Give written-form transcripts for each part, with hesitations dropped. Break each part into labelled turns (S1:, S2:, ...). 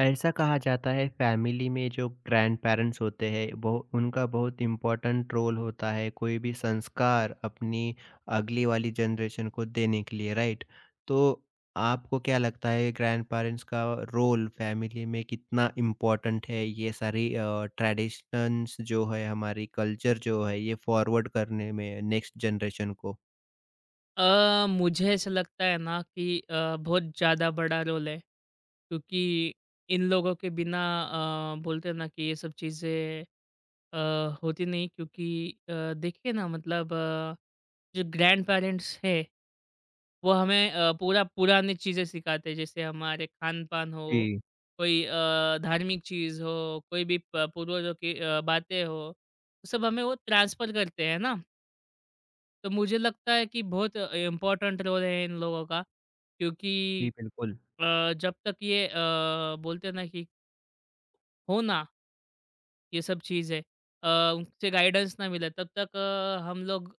S1: ऐसा कहा जाता है फैमिली में जो ग्रैंड पेरेंट्स होते हैं वो उनका बहुत इम्पोर्टेंट रोल होता है कोई भी संस्कार अपनी अगली वाली जनरेशन को देने के लिए, राइट? तो आपको क्या लगता है ग्रैंड पेरेंट्स का रोल फैमिली में कितना इम्पोर्टेंट है? ये सारी ट्रेडिशंस जो है, हमारी कल्चर जो है, ये फॉरवर्ड करने में नेक्स्ट जनरेशन को।
S2: मुझे ऐसा लगता है ना कि बहुत ज़्यादा बड़ा रोल है क्योंकि इन लोगों के बिना बोलते हैं ना कि ये सब चीज़ें होती नहीं क्योंकि देखिए ना मतलब जो ग्रैंड पेरेंट्स हैं वो हमें पूरा पुरानी चीज़ें सिखाते हैं जैसे हमारे खान पान हो
S1: जी।
S2: कोई धार्मिक चीज़ हो कोई भी पूर्वजों की बातें हो सब हमें वो ट्रांसफर करते हैं ना तो मुझे लगता है कि बहुत इम्पोर्टेंट रोल है इन लोगों का
S1: जी,
S2: क्योंकि
S1: बिल्कुल।
S2: जब तक ये बोलते हैं ना कि हो ना ये सब चीज़ें उनसे गाइडेंस ना मिले तब तक हम लोग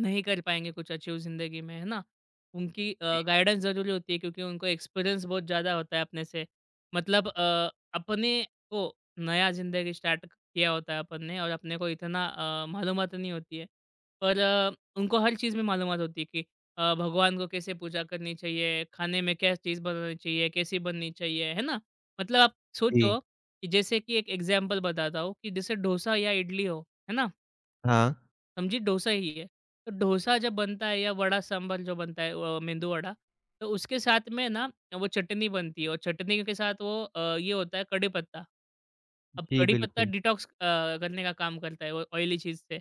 S2: नहीं कर पाएँगे कुछ अचीव ज़िंदगी में, है ना? उनकी
S1: जी।
S2: गाइडेंस ज़रूरी होती है क्योंकि उनको एक्सपीरियंस बहुत ज़्यादा होता है अपने से। मतलब अपने को नया ज़िंदगी स्टार्ट किया होता है अपन ने और अपने को इतना मालूमात नहीं होती है। पर उनको हर चीज़ में मालूमात होती है कि भगवान को कैसे पूजा करनी चाहिए, खाने में क्या चीज़ बनानी चाहिए, कैसी बननी चाहिए, है ना? मतलब आप सोचो
S1: जी।
S2: कि जैसे कि एक एग्ज़ाम्पल बताता हूँ कि जैसे डोसा या इडली हो, है ना?
S1: हाँ।
S2: समझिए डोसा ही है। तो डोसा जब बनता है या वड़ा-सांभर जो बनता है मेंदू वड़ा, तो उसके साथ में ना वो चटनी बनती है और चटनी के साथ वो ये होता है कड़ी पत्ता। अब
S1: जी,
S2: कड़ी पत्ता
S1: बिल्कुल।
S2: डिटॉक्स करने का काम करता है वो ऑयली चीज़ से।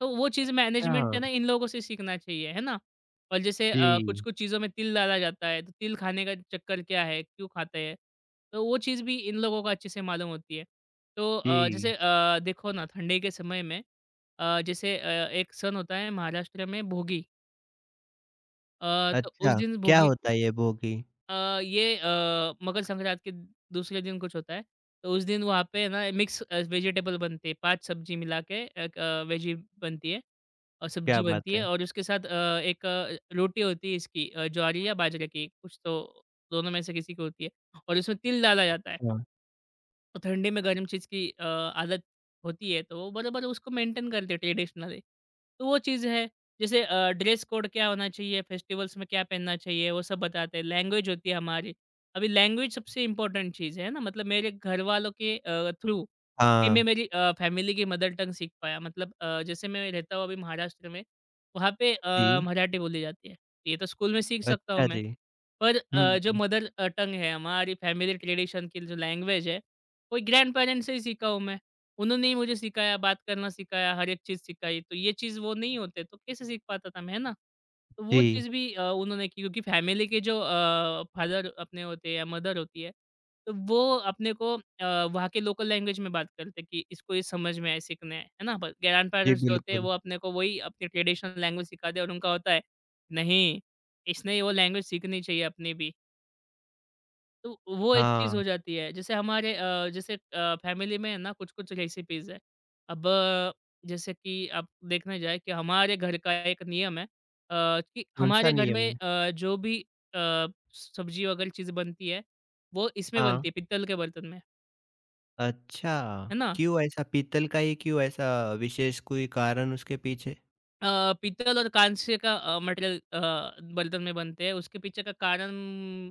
S2: तो वो चीज़ मैनेजमेंट है
S1: अच्छा
S2: ना इन लोगों से सीखना चाहिए, है ना? और जैसे
S1: जी।
S2: कुछ-कुछ चीज़ों में तिल डाला जाता है, तो तिल खाने का चक्कर क्या है, क्यों खाते हैं? तो वो चीज़ भी इन लोगों को अच्छे से मालूम होती है। तो जैसे
S1: जी।
S2: देखो ना ठंडी के समय में जैसे एक सन होता है महाराष्ट्र में भोगी। तो उस
S1: अच्छा,
S2: दिन
S1: क्या
S2: भोगी
S1: होता है ये भोगी?
S2: ये मकर संक्रांत के दूसरे दिन कुछ होता है। तो उस दिन वहाँ पे ना मिक्स वेजिटेबल बनते हैं, 5 सब्ज़ी मिला के एक वेजी बनती है और
S1: क्या
S2: सब्ज़ी बनती
S1: बात
S2: है
S1: है?
S2: और उसके साथ एक रोटी होती है इसकी ज्वारी या बाजरे की, कुछ तो दोनों में से किसी की होती है और उसमें तिल डाला जाता है।
S1: अच्छा।
S2: तो ठंडी में गर्म चीज़ की आदत होती है, तो वो बराबर उसको मेंटेन करते हैं ट्रेडिशनली। तो वो चीज़ है। जैसे ड्रेस कोड क्या होना चाहिए, फेस्टिवल्स में क्या पहनना चाहिए, वो सब बताते हैं। लैंग्वेज होती है हमारी। अभी लैंग्वेज सबसे इम्पोर्टेंट चीज़ है ना, मतलब मेरे घर वालों के थ्रू ही मैं
S1: हाँ।
S2: मेरी फैमिली की मदर टंग सीख पाया। मतलब जैसे मैं रहता हूँ अभी महाराष्ट्र में, वहाँ पे
S1: जी।
S2: मराठी बोली जाती है। ये तो स्कूल में सीख सकता हूँ
S1: अच्छा
S2: मैं।
S1: जी।
S2: पर
S1: हुँ।
S2: जो मदर टंग है, हमारी फैमिली ट्रेडिशन की जो लैंग्वेज है, वो ग्रैंडपेरेंट्स से ही सीखा हूँ मैं। उन्होंने ही मुझे सिखाया, बात करना सिखाया, हर एक चीज़ सिखाई। तो ये चीज़ वो नहीं होते तो कैसे सीख पाता था मैं, है ना? तो वो
S1: जी।
S2: चीज़ भी उन्होंने की क्योंकि फैमिली के जो फादर अपने होते हैं या मदर होती है, तो वो अपने को वहाँ के लोकल लैंग्वेज में बात करते हैं कि इसको ये समझ में आए, सीखना है ना? पर
S1: जी,
S2: ग्रैंडपेरेंट्स जो होते हैं वो
S1: बिल्कुल।
S2: अपने को वही अपनी ट्रेडिशनल लैंग्वेज सिखाते हैं और उनका होता है, नहीं, इसने वो लैंग्वेज सीखनी चाहिए अपनी भी। तो वो एक चीज़ हो
S1: हाँ।
S2: जाती है। जैसे हमारे जैसे फैमिली में है ना कुछ-कुछ रेसिपीज़ है। अब जैसे कि आप देखने जाए कि हमारे घर का एक नियम है। कि
S1: कौन-सा
S2: हमारे घर
S1: नियम
S2: में
S1: है?
S2: जो भी अ, सब्ज़ी वगैरह चीज़ बनती है, वो इसमें
S1: हाँ।
S2: बनती है, पित्तल के बर्तन में,
S1: अच्छा।
S2: है ना?
S1: क्यों ऐसा? पीतल का ही क्यों ऐसा? विशेष कोई कारण उसके पीछे?
S2: अ, पीतल और कांस्य का मटेरियल बर्तन में बनते हैं। उसके पीछे का कारण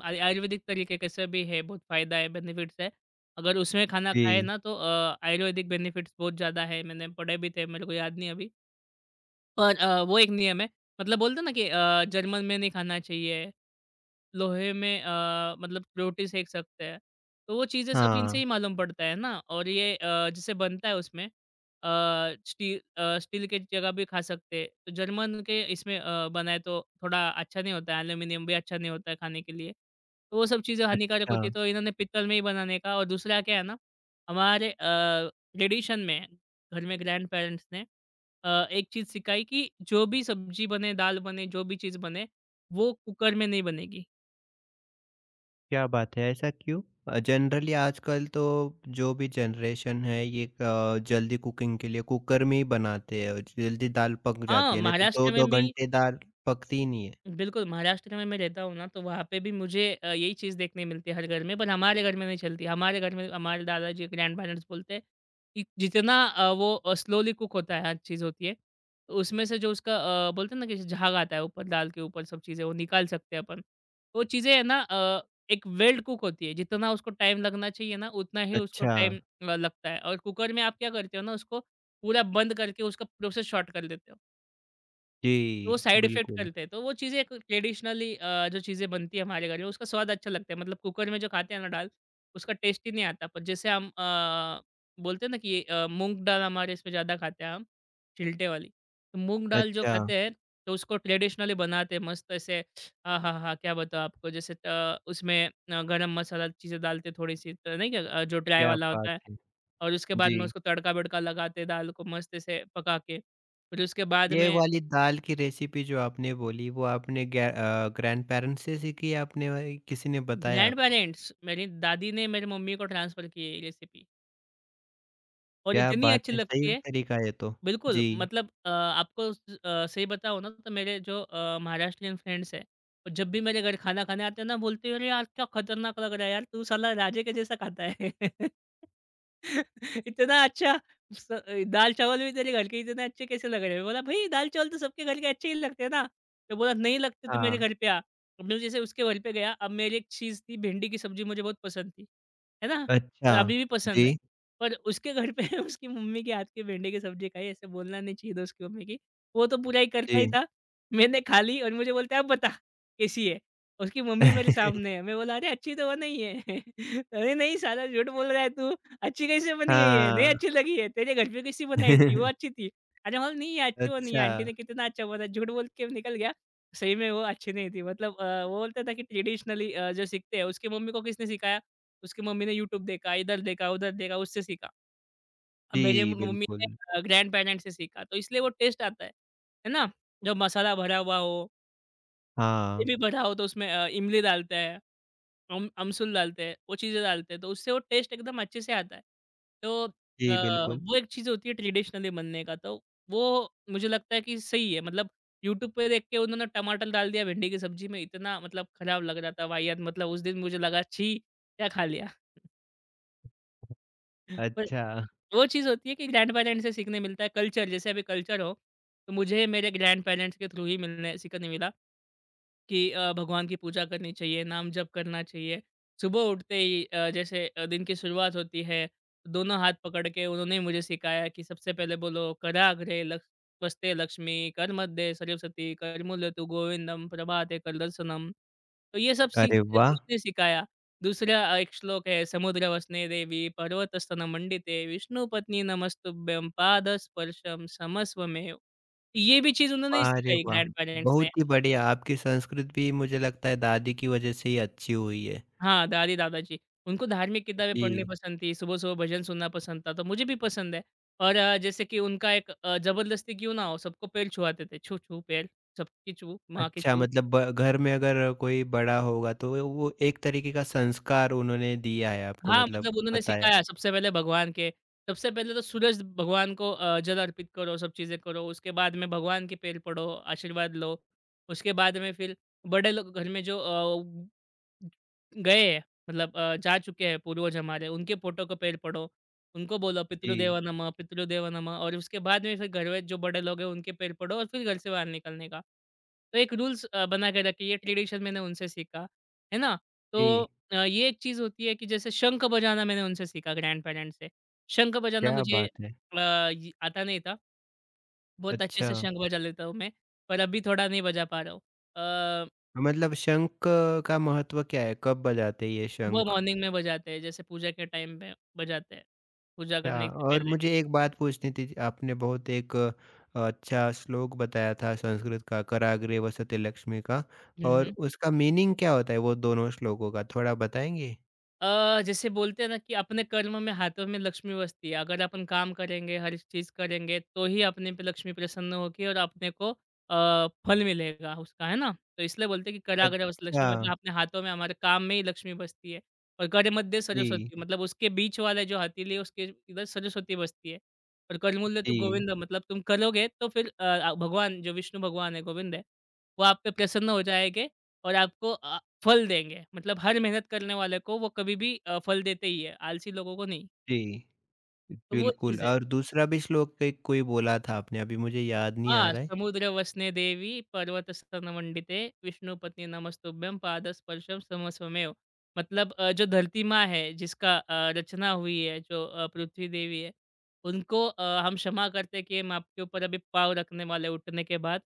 S2: आय आयुर्वेदिक तरीके कैसे भी है, बहुत फ़ायदा है, बेनिफिट्स है। अगर उसमें खाना खाए
S1: जी।
S2: ना तो आयुर्वेदिक बेनिफिट्स बहुत ज़्यादा है, मैंने पढ़े भी थे, मेरे को याद नहीं अभी। पर वो एक नियम है। मतलब बोलते हैं ना कि जर्मन में नहीं खाना चाहिए। लोहे में मतलब रोटी सेंक सकते हैं। तो वो चीज़ें सब इनसे
S1: हाँ।
S2: ही मालूम पड़ता है ना और ये जैसे बनता है उसमें अ, स्टील के जगह भी खा सकते हैं। तो जर्मन के इसमें बनाए तो थोड़ा अच्छा नहीं होता है, एल्यूमीनियम भी अच्छा नहीं होता है खाने के लिए। तो वो सब चीज़ें हानिकारक
S1: अच्छा,
S2: होती है, तो इन्होंने पीतल में ही बनाने का और दूसरा क्या है ना हमारे ट्रेडिशन में घर में ग्रैंडपेरेंट्स ने एक चीज़ सिखाई कि जो भी सब्ज़ी बने, दाल बने, जो भी चीज़ बने, वो कुकर में नहीं बनेगी।
S1: क्या बात है, ऐसा क्यों? जनरली आजकल तो जो भी जनरेशन है ये जल्दी कुकिंग के लिए कुकर में ही बनाते हैं और जल्दी दाल पक
S2: हाँ,
S1: जाती है, नहीं तो
S2: महाराष्ट्र में
S1: 2-2
S2: भी
S1: घंटे दाल पकती ही नहीं है।
S2: बिल्कुल, महाराष्ट्र में मैं रहता हूँ ना, तो वहाँ पे भी मुझे यही चीज़ देखने मिलती है हर घर में, पर हमारे घर में नहीं चलती। हमारे घर में हमारे दादाजी, ग्रैंडपेरेंट्स बोलते हैं कि जितना वो स्लोली कुक होता है, हर चीज़ होती है, तो उसमें से जो उसका बोलते हैं ना कि झाग आता है ऊपर दाल के ऊपर, सब चीज़ें वो निकाल सकते हैं अपन। वो चीज़ें है ना। एक वेल्ड कुक होती है, जितना उसको टाइम लगना चाहिए ना, उतना ही उसको
S1: अच्छा।
S2: टाइम लगता है और कुकर में आप क्या करते हो ना, उसको पूरा बंद करके उसका प्रोसेस शॉर्ट कर देते हो।
S1: जी,
S2: तो वो साइड इफ़ेक्ट
S1: बिल्कुल।
S2: करते हैं। तो वो चीज़ें एक ट्रेडिशनली जो चीज़ें बनती है हमारे घर में उसका स्वाद अच्छा लगता है। मतलब कुकर में जो खाते हैं ना दाल, उसका टेस्ट ही नहीं आता। पर जैसे हम बोलते हैं ना कि मूँग दाल हमारे इसमें ज़्यादा खाते हैं हम, छिलटे वाली। तो मूँग दाल जो
S1: अच्छा।
S2: खाते हैं तो उसको ट्रेडिशनली बनाते हैं मस्त ऐसे आहाहा! क्या बताऊँ आपको जैसे उसमें गरम मसाला चीज़ें डालते हैं थोड़ी-सी तो नहीं क्या जो ड्राई
S1: क्या
S2: वाला
S1: बात
S2: होता है
S1: है!
S2: और उसके बाद में
S1: जी।
S2: उसको तड़का-वड़का लगाते हैं दाल को मस्त ऐसे पका के। फिर उसके बाद
S1: ये
S2: में
S1: वाली दाल की रेसिपी जो आपने बोली वो आपने ग्या अ, ग्रैंडपेरेंट्स से सीखी या आपने वही किसी ने बताया आपको?
S2: ग्रैंडपेरेंट्स, मेरी दादी ने मेरी मम्मी को ट्रांसफ़र की है ये रेसिपी और
S1: क्या
S2: इतनी
S1: बात
S2: अच्छी
S1: है!
S2: लगती
S1: सही
S2: है,
S1: तरीका है ये तो।
S2: बिल्कुल।
S1: जी।
S2: मतलब आपको सही बताऊँ ना तो मेरे जो महाराष्ट्रीयन फ्रेंड्स हैं, वो जब भी मेरे घर खाना खाने आते हैं ना बोलते हैं, "अरे यार, क्या खतरनाक लग रहा है यार, तू साला राजे के जैसा खाता है।" इतना अच्छा स दाल-चावल भी तेरे घर के इतने अच्छे कैसे लग रहे हैं? बोला, "भई दाल-चावल तो सबके घर के अच्छे ही लगते हैं ना?" तो बोला, "नहीं लगते, तो
S1: हाँ।
S2: मेरे घर पे आ।" अब मैं जैसे उसके घर पे गया, अब मेरी एक चीज़ थी, भिंडी की सब्ज़ी मुझे बहुत पसंद थी, है ना?
S1: अच्छा।
S2: और अभी भी पसंद
S1: जी।
S2: है। पर उसके घर पे उसकी मम्मी के हाथ की भिंडी की सब्ज़ी खाई, ऐसे बोलना नहीं चाहिए था उसकी मम्मी की। वो तो बुराई करता ही
S1: जी।
S2: था। मैंने खा ली और मुझे बोलता है, "अब बता, कैसी है?" उसकी मम्मी मेरे सामने है। मैं बोला, "अरे! अच्छी तो वो नहीं है।" "अरे नहीं साला, झूठ बोल रहा है तू।" अच्छी कैसे बनी है ये? नहीं
S1: हाँ।
S2: अच्छी लगी है, तेरे घर पे कैसी बनाई थी? वो अच्छी थी। अरे बोला नहीं ये अच्छी बनी है,
S1: अच्छा।
S2: आंटी ने कितना अच्छा बना झूठ बोल के निकल गया। सही में वो अच्छी नहीं थी मतलब वो बोलता था कि ट्रेडिशनली जो सीखते हैं उसकी मम्मी को किसने सिखाया? उसकी मम्मी ने यूट्यूब देखा, इधर देखा, उधर देखा, उससे सीखा। अब मेरे म
S1: जी,
S2: मम्मी ने
S1: बिल्कुल।
S2: ग्रैंडपेरेंट्स से सीखा तो इसलिए वो टेस्ट आता है। है ना? जब मसाला भरा हुआ हो,
S1: हाँ।
S2: ग्रेवी भरा हो तो उसमें इमली डालते हैं। अम अमसुल डालते हैं, वो चीज़ें डालते हैं, तो उससे वो टेस्ट एकदम अच्छे से आता है। तो
S1: जी,
S2: हुँ।
S1: बिल्कुल।
S2: वो एक चीज़ होती है ट्रेडिशनली बनने का, तो वो मुझे लगता है कि सही है। मतलब यूट्यूब पे देख के उन्होंने टमाटर डाल दिया भिंडी की सब्ज़ी में, इतना मतलब खराब लग रहा था वाहियात, मतलब उस दिन मुझे लगा छी! क्या खा लिया? पर
S1: अच्छा।
S2: वो चीज़ होती है कि ग्रैंडपेरेंट्स से सीखने मिलता है, कल्चर जैसे अभी कल्चर हो, तो मुझे मेरे ग्रैंडपेरेंट्स के थ्रू ही मिलने सीखने मिला। कि भगवान की पूजा करनी चाहिए, नाम जप करना चाहिए। सुबह उठते ही जैसे दिन की शुरुआत होती है, दोनों हाथ पकड़ के उन्होंने ही मुझे सिखाया कि सबसे पहले बोलो कराग्रे लक्ष त्वस्ते लक्ष्मी, करमध्ये सरस्वती, करमुल्यतु गोविंदम, प्रभाते करदर्शनम। तो ये सब
S1: अरे
S2: चीज़ें
S1: वाह!
S2: उन्होंने सिखाया। दूसरा एक श्लोक है समुद्र वसने देवी पर्वतस्तन मंडिते विष्णु पत्नी नमस्तुभ्यं पाद स्पर्शम समस्वमेव। ये भी चीज़ उन्होंने ही
S1: अरे
S2: सिखाई
S1: वाह!
S2: ग्रैंड पेरेंट्स ने।
S1: बहुत ही बढ़िया, आपकी संस्कृत भी मुझे लगता है दादी की वजह से ही अच्छी हुई है।
S2: हाँ, दादी-दादाजी, उनको धार्मिक किताबें पढ़नी
S1: जी।
S2: पसंद थी, सुबह-सुबह भजन सुनना पसंद था, तो मुझे भी पसंद है। और जैसे कि उनका एक ज़बरदस्ती क्यों ना हो, सबको पैर छुआते थे, छू-छू पैर, सबकी छू, माँ की
S1: अच्छा,
S2: छू।
S1: मतलब ब घर में अगर कोई बड़ा होगा तो वो एक तरीके का संस्कार उन्होंने दिया है आपको,
S2: हाँ,
S1: मतलब
S2: मतलब उन्होंने
S1: बताया।
S2: सिखाया सबसे पहले भगवान के सबसे पहले तो सूरज भगवान को जल अर्पित करो, सब चीज़ें करो, उसके बाद में भगवान के पैर पड़ो, आशीर्वाद लो, उसके बाद में फिर बड़े लोग घर में जो गए हैं मतलब जा चुके हैं पूर्वज हमारे, उनके फोटो को पैर पड़ो, उनको बोलो
S1: जी।
S2: पितृदेव नमः और उसके बाद में फिर घर में जो बड़े लोग हैं उनके पैर पड़ो और फिर घर से बाहर निकलने का। तो एक रूल्स बना के रखिए, ये ट्रेडिशन मैंने उनसे सीखा, है ना? तो
S1: जी।
S2: ये एक चीज़ होती है कि जैसे शंख बजाना मैंने उनसे सीखा ग्रैंडपेरेंट्स से। शंख बजाना
S1: क्या
S2: मुझे
S1: बात है!
S2: अ, य आता नहीं था। बहुत अच्छे से
S1: अच्छा,
S2: शंख बजा लेता हूँ मैं, पर अभी थोड़ा नहीं बजा पा रहा हूँ। अ,
S1: मतलब शंख का महत्व क्या है? कब बजाते हैं ये
S2: सुबह
S1: शंख?
S2: मॉर्निंग में बजाते हैं, जैसे पूजा के टाइम पे बजाते हैं, पूजा
S1: अच्छा,
S2: करने से
S1: और
S2: पहले।
S1: मुझे एक बात पूछनी थी, आपने बहुत एक अच्छा श्लोक बताया था संस्कृत का, कराग्रे वसते लक्ष्मी का,
S2: हुँ,
S1: और
S2: हुँ।
S1: उसका मीनिंग क्या होता है वो दोनों श्लोकों का थोड़ा बताएंगे?
S2: जैसे बोलते हैं ना कि अपने कर्म में हाथों में लक्ष्मी बसती है। अगर अपन काम करेंगे, हर एक चीज़ करेंगे, तो ही अपने पे लक्ष्मी प्रसन्न होगी और अपने को फल मिलेगा उसका, है ना? तो इसलिए बोलते हैं कि कराग्रे बस
S1: अच्छा
S2: लक्ष्मी मतलब अपने हाथों में हमारे काम में ही लक्ष्मी बसती है और करे मध्य
S1: जी।
S2: सरस्वती मतलब उसके बीच वाला जो हथेली है उसके इधर सरस्वती बसती है और करमूल्य तो
S1: जी।
S2: गोविंद मतलब तुम करोगे तो फिर भगवान जो विष्णु भगवान है, गोविंद है, वो आप पे प्रसन्न हो जाएँगे और आपको फल देंगे, मतलब हर मेहनत करने वाले को वो कभी भी फल देते ही है, आलसी लोगों को नहीं,
S1: जी।
S2: तो वो
S1: बिल्कुल।
S2: चीज़ है।
S1: और दूसरा भी श्लोक कोई कोई बोला था आपने, अभी मुझे याद नहीं
S2: ఆ!
S1: आ रहा है।
S2: సముద్ర వస్నే దేవి पर्वत स्तन वंदिते विष्णु पत्नी नमस्तुभ्यं पाद स्पर्शम समस्वमेव। मतलब जो धरती माँ है जिसका रचना हुई है जो पृथ्वी देवी है, उनको हम क्षमा करते हैं कि हम आपके ऊपर अभी पाँव रखने वाले हैं उठने के बाद।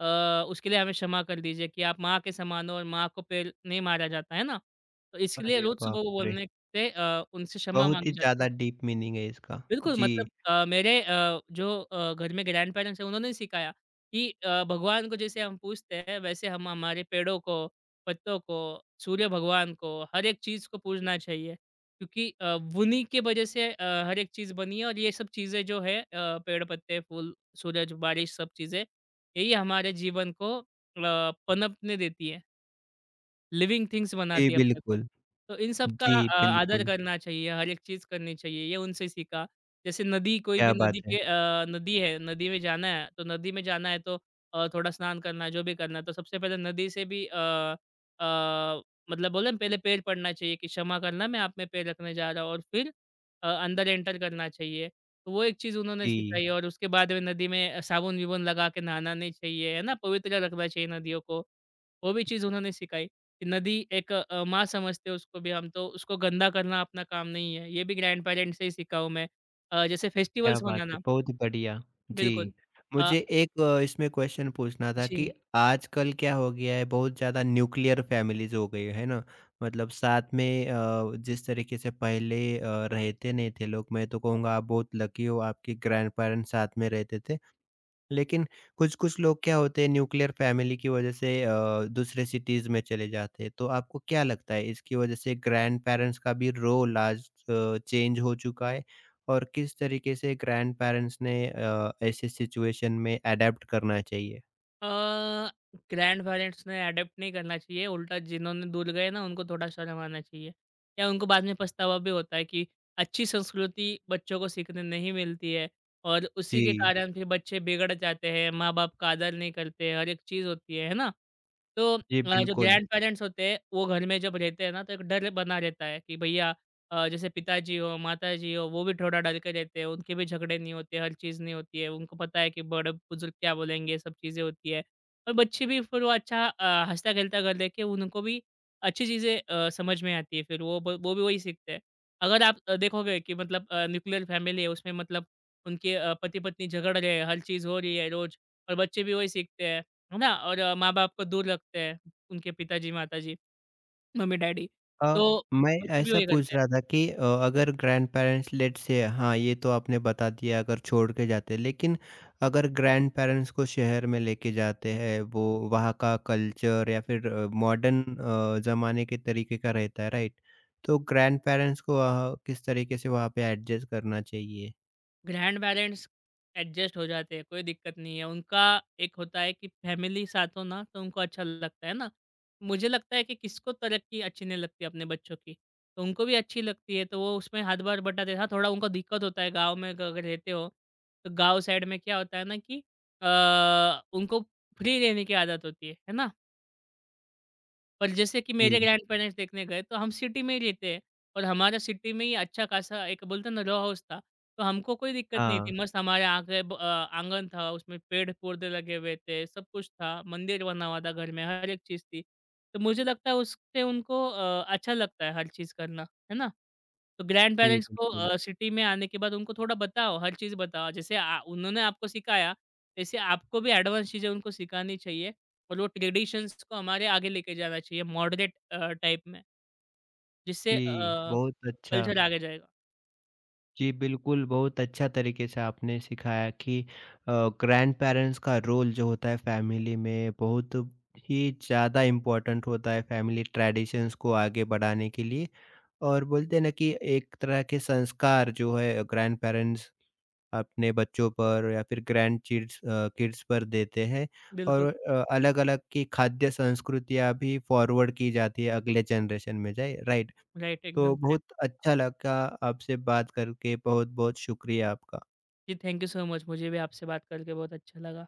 S2: अ, उसके लिए हमें क्षमा कर दीजिए कि आप माँ के समान हो और माँ को पैर नहीं मारा जाता, है ना? तो इसके लिए
S1: अरे
S2: रोज़ सुबह
S1: बाप
S2: वो
S1: रे!
S2: बोलने से उनसे क्षमा
S1: बहुत
S2: माँगी
S1: ही
S2: जाती
S1: ज़्यादा
S2: है।
S1: डीप मीनिंग है इसका।
S2: बिल्कुल,
S1: जी।
S2: मतलब मेरे जो घर में ग्रैंडपेरेंट्स हैं उन्होंने सिखाया कि भगवान को जैसे हम पूजते हैं वैसे हम हमारे पेड़ों को, पत्तों को, सूर्य भगवान को, हर एक चीज़ को पूजना चाहिए। क्योंकि उन्हीं के वजह से हर एक चीज़ बनी है और ये सब चीज़ें जो है पेड़, पत्ते, फूल, सूरज, बारिश सब चीज़ें, यही हमारे जीवन को पनपने देती है। लिविंग थिंग्स
S1: जी
S2: बनाती है अपने को।
S1: बिल्कुल।
S2: तो इन सब का
S1: जी,
S2: आदर
S1: बिल्कुल।
S2: करना चाहिए, हर एक चीज़ करनी चाहिए, ये उनसे सीखा। जैसे नदी कोई भी
S1: क्या बात
S2: नदी
S1: है।
S2: के नदी है, नदी में जाना है, तो नदी में जाना है तो थोड़ा स्नान करना है, जो भी करना है, तो सबसे पहले नदी से भी अ, मतलब बोले ना पहले पैर पड़ना चाहिए कि क्षमा करना मैं आप में पैर रखने जा रहा हूँ और फिर अंदर एंटर करना चाहिए। तो वो एक चीज़ उन्होंने
S1: जी।
S2: सिखाई और उसके बाद में नदी में साबुन-विबुन लगा के नहाना नहीं चाहिए, है ना? पवित्र रखना चाहिए नदियों को। वो भी चीज़ उन्होंने सिखाई कि नदी एक माँ समझते हैं उसको भी हम तो उसको गंदा करना अपना काम नहीं है। ये भी ग्रैंडपेरेंट्स से ही सीखा हूँ मैं। जैसे
S1: क्या
S2: फेस्टिवल्स
S1: बात है!
S2: मनाना
S1: बहुत बढ़िया।
S2: बिल्कुल।
S1: जी।
S2: अ,
S1: मुझे एक अ, इसमें क्वेश्चन पूछना था कि
S2: जी।
S1: आजकल क्या हो गया है, बहुत ज़्यादा न्यूक्लियर फैमिलीज़ हो गई है ना? मतलब साथ में जिस तरीके से पहले रहते नहीं थे लोग, मैं तो कहूँगा आप बहुत लकी हो, आपके ग्रैंडपेरेंट्स साथ में रहते थे। लेकिन कुछ-कुछ लोग क्या होते हैं, न्यूक्लियर फैमिली की वजह से दूसरे सिटीज़ में चले जाते हैं। तो आपको क्या लगता है इसकी वजह से ग्रैंडपेरेंट्स का भी रोल आज चेंज हो चुका है? और किस तरीके से ग्रैंडपेरेंट्स ने ऐसे सिचुएशन में एडैप्ट करना चाहिए?
S2: अ, ग्रैंडपेरेंट्स ने अडॉप्ट नहीं करना चाहिए, उल्टा जिन्होंने दूर गए ना उनको थोड़ा शर्म आना चाहिए। या उनको बाद में पछतावा भी होता है कि अच्छी संस्कृति बच्चों को सीखने नहीं मिलती है और उसी के
S1: जी।
S2: कारण फिर बच्चे बिगड़ जाते हैं, माँ-बाप का आदर नहीं करते, हर एक चीज़ होती है ना? तो
S1: जी,
S2: जो
S1: बिल्कुल।
S2: ग्रैंडपेरेंट्स होते हैं, वो घर में जब रहते हैं ना, तो एक डर बना रहता है कि भैया जैसे पिताजी हो, माताजी हो, वो भी थोड़ा डर के रहते हैं। उनके भी झगड़े नहीं होते, हर चीज़ नहीं होती है। उनको पता है कि बड़े-बुजुर्ग क्या बोलेंगे, ये सब चीज़ें होती है। और बच्चे भी फिर वो अच्छा हँसता-खेलता घर देख के उनको भी अच्छी चीज़ें समझ में आती है फिर वो भी वही सीखते हैं। अगर आप देखोगे कि मतलब न्यूक्लियर फैमिली है, उसमें मतलब उनके पति-पत्नी झगड़ रहे हैं, हर चीज़ हो रही है रोज़ और बच्चे भी वही सीखते हैं। है ना? और माँ-बाप को दूर रखते हैं, उनके पिताजी, माताजी, मम्मी-डैडी।
S1: अ,
S2: तो
S1: मैं
S2: कुछ भी
S1: ऐसा
S2: वही
S1: पूछ
S2: करते हैं।
S1: रहा था कि अगर ग्रैंडपेरेंट्स लेट्स से, हाँ, ये तो आपने बता दिया अगर छोड़ के जाते हैं, लेकिन अगर ग्रैंडपेरेंट्स को शहर में लेके जाते हैं, वो वहाँ का कल्चर या फिर मॉडर्न ज़माने के तरीके का रहता है, राइट? तो ग्रैंडपेरेंट्स को वहाँ किस तरीके से वहाँ पे एडजस्ट करना चाहिए?
S2: ग्रैंड-पेरेंट्स एडजस्ट हो जाते हैं, कोई दिक्कत नहीं है। उनका एक होता है कि फैमिली साथ हो ना, तो उनको अच्छा लगता है ना? मुझे लगता है कि किसको तरक्की अच्छी नहीं लगती अपने बच्चों की, तो उनको भी अच्छी लगती है, तो वो उसमें हाथ बार बटाते हैं। हाँ, थोड़ा उनको दिक्कत होता है गाँव में अगर रहते हो, तो गाँव साइड में क्या होता है ना कि उनको फ्री रहने की आदत होती है ना? और जैसे कि मेरे
S1: जी।
S2: ग्रैंडपेरेंट्स देखने गए, तो हम सिटी में ही रहते हैं और हमारा सिटी में ही अच्छा-खासा एक बोलते हैं ना रॉ हाउस था। तो हमको कोई दिक्कत नहीं
S1: हाँ।
S2: थी, मस्त हमारे आगे आँगन था, उसमें पेड़-पौधे लगे हुए थे, सब कुछ था, मंदिर बना हुआ था घर में, हर एक चीज़ थी। तो मुझे लगता है उससे उनको अच्छा लगता है हर चीज़ करना, है ना? तो
S1: जी,
S2: ग्रैंडपेरेंट्स को
S1: बिल्कुल।
S2: सिटी में आने के बाद उनको थोड़ा बताओ, हर चीज़ बताओ। जैसे आ उन्होंने आपको सिखाया, वैसे आपको भी एडवांस चीज़ें उनको सिखानी चाहिए और वो ट्रेडिशंस को हमारे आगे लेके जाना चाहिए मॉडरेट टाइप में जिससे
S1: जी, बहुत अच्छा।
S2: कल्चर आगे जाएगा।
S1: जी, बिल्कुल, बहुत अच्छा तरीके से आपने सिखाया कि अ, ग्रैंडपेरेंट्स का रोल जो होता है फैमिली में बहुत ही ज़्यादा इम्पोर्टेंट होता है फैमिली ट्रेडिशंस को आगे बढ़ाने के लिए, और बोलते हैं ना कि एक तरह के संस्कार जो है ग्रैंडपेरेंट्स अपने बच्चों पर या फिर ग्रैंड किड्स पर देते हैं और
S2: बिल्कुल,
S1: अलग-अलग की खाद्य संस्कृतियाँ भी फॉरवर्ड की जाती है अगले जनरेशन में, जाए राइट?
S2: राइट
S1: तो
S2: एकदम करेक्ट।
S1: बहुत अच्छा लगा आपसे बात करके, बहुत-बहुत शुक्रिया आपका।
S2: जी, थैंक यू सो मच मुझे भी आपसे बात करके बहुत अच्छा लगा।